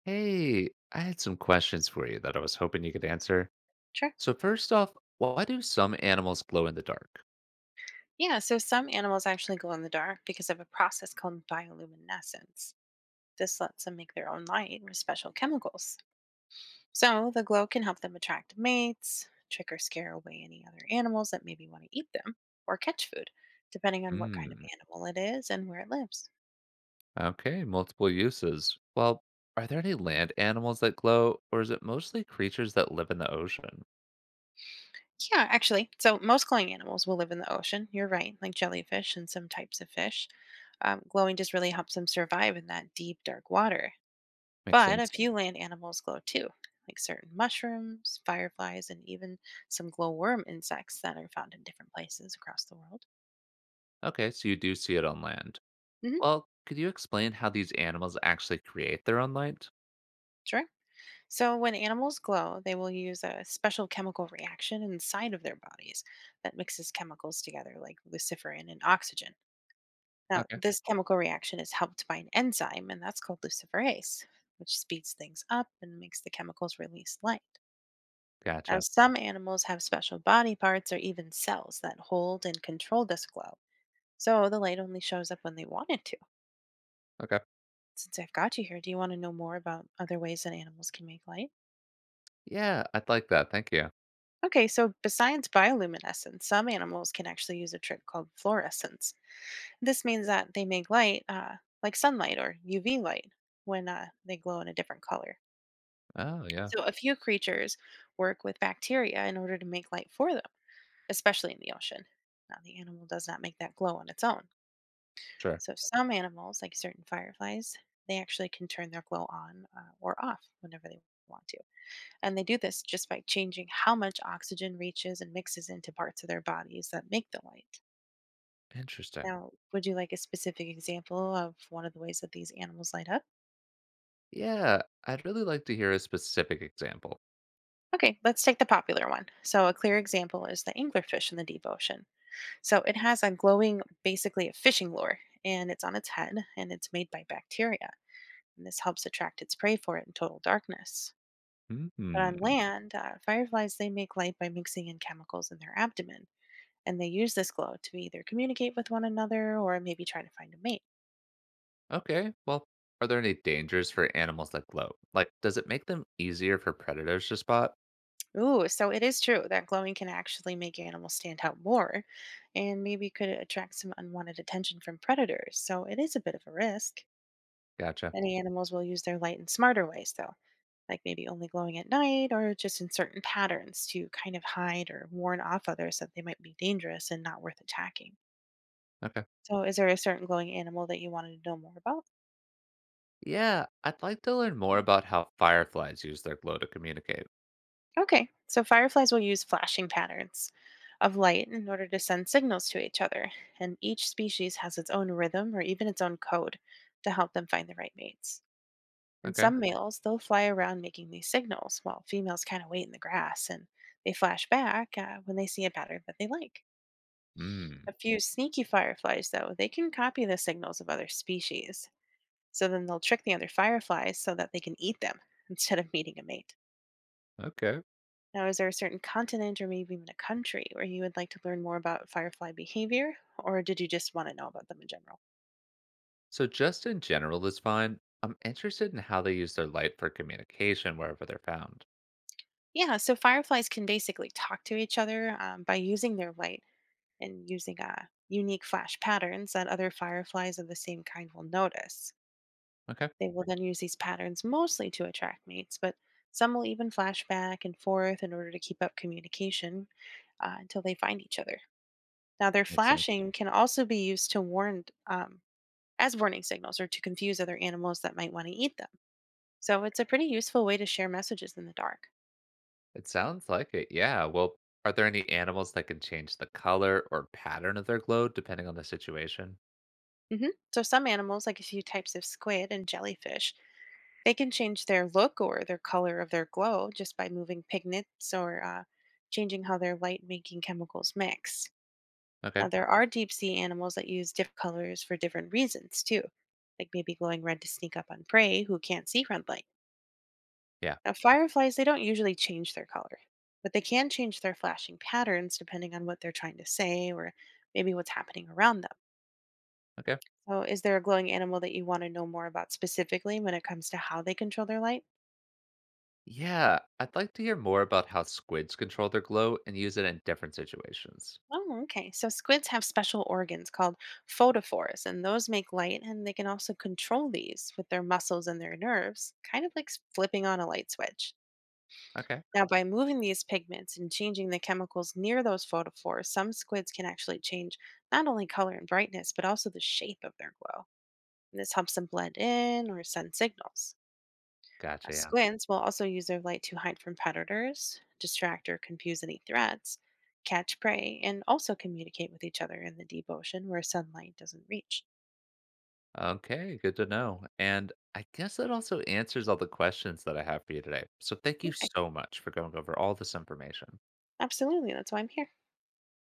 Hey, I had some questions for you that I was hoping you could answer. Sure. So, first off, why do some animals glow in the dark? Yeah, so some animals actually glow in the dark because of a process called bioluminescence. This lets them make their own light with special chemicals. So the glow can help them attract mates, trick or scare away any other animals that maybe want to eat them, or catch food, depending on what kind of Hmm. animal it is and where it lives. Okay, multiple uses. Well, are there any land animals that glow, or is it mostly creatures that live in the ocean? Yeah, actually, so most glowing animals will live in the ocean. You're right, like jellyfish and some types of fish. Glowing just really helps them survive in that deep, dark water. Makes But a sense. few land animals glow too, like certain mushrooms, fireflies, and even some glowworm insects that are found in different places across the world. Okay, so you do see it on land. Hmm. Well, could you explain how these animals actually create their own light? Sure. So when animals glow, they will use a special chemical reaction inside of their bodies that mixes chemicals together, like luciferin and oxygen. Now, Okay, this chemical reaction is helped by an enzyme, and that's called luciferase, which speeds things up and makes the chemicals release light. Now, gotcha. some animals have special body parts or even cells that hold and control this glow, so the light only shows up when they want it to. Okay. Since I've got you here, do you want to know more about other ways that animals can make light? Yeah, I'd like that. Thank you. Okay, so besides bioluminescence, some animals can actually use a trick called fluorescence. This means that they make light like sunlight or UV light when they glow in a different color. Oh, yeah, So, a few creatures work with bacteria in order to make light for them, especially in the ocean. Now, the animal does not make that glow on its own. sure. So some animals, like certain fireflies, they actually can turn their glow on or off whenever they want to. And they do this just by changing how much oxygen reaches and mixes into parts of their bodies that make the light. Interesting. Now, would you like a specific example of one of the ways that these animals light up? Yeah, I'd really like to hear a specific example. Okay, let's take the popular one. So, a clear example is the anglerfish in the deep ocean. So, it has a glowing, basically a fishing lure, and it's on its head, and it's made by bacteria. And this helps attract its prey for it in total darkness. But Hmm. on land, fireflies they make light by mixing in chemicals in their abdomen, and they use this glow to either communicate with one another or maybe try to find a mate. Okay. Well, are there any dangers for animals that glow? Like, does it make them easier for predators to spot? Ooh, so it is true that glowing can actually make animals stand out more, and maybe could attract some unwanted attention from predators. So it is a bit of a risk. Gotcha. Many animals will use their light in smarter ways, though, like maybe only glowing at night or just in certain patterns to kind of hide or warn off others that they might be dangerous and not worth attacking. Okay. So, is there a certain glowing animal that you wanted to know more about? Yeah, I'd like to learn more about how fireflies use their glow to communicate. Okay, so fireflies will use flashing patterns of light in order to send signals to each other, and each species has its own rhythm or even its own code to help them find the right mates. And Okay. some males, they'll fly around making these signals, while females kind of wait in the grass and they flash back when they see a pattern that they like. Hmm. A few sneaky fireflies, though, they can copy the signals of other species. So then they'll trick the other fireflies so that they can eat them instead of meeting a mate. Okay. Now, is there a certain continent or maybe even a country where you would like to learn more about firefly behavior, or did you just want to know about them in general? So, just in general is fine. I'm interested in how they use their light for communication wherever they're found. Yeah, so fireflies can basically talk to each other by using their light and using unique flash patterns that other fireflies of the same kind will notice. Okay. They will then use these patterns mostly to attract mates, but some will even flash back and forth in order to keep up communication until they find each other. Now, their Makes sense. flashing can also be used to warn as warning signals or to confuse other animals that might want to eat them. So it's a pretty useful way to share messages in the dark. It sounds like it. Yeah. Well, are there any animals that can change the color or pattern of their glow depending on the situation? Hmm. So some animals, like a few types of squid and jellyfish, they can change their look or their color of their glow just by moving pigments or changing how their light-making chemicals mix. Now Okay. there are deep sea animals that use different colors for different reasons too, like maybe glowing red to sneak up on prey who can't see red light. Yeah. Now, fireflies, they don't usually change their color, but they can change their flashing patterns depending on what they're trying to say or maybe what's happening around them. Okay, So, is there a glowing animal that you want to know more about specifically when it comes to how they control their light? Yeah, I'd like to hear more about how squids control their glow and use it in different situations. Oh, okay. So, squids have special organs called photophores, and those make light, and they can also control these with their muscles and their nerves, kind of like flipping on a light switch. Okay, Now, by moving these pigments and changing the chemicals near those photophores, some squids can actually change not only color and brightness, but also the shape of their glow. And this helps them blend in or send signals. Now, gotcha. Yeah. squids will also use their light to hide from predators, distract or confuse any threats, catch prey, and also communicate with each other in the deep ocean where sunlight doesn't reach. Okay, good to know. And I guess that also answers all the questions that I have for you today. So thank you Okay, so much for going over all this information. absolutely. That's why I'm here.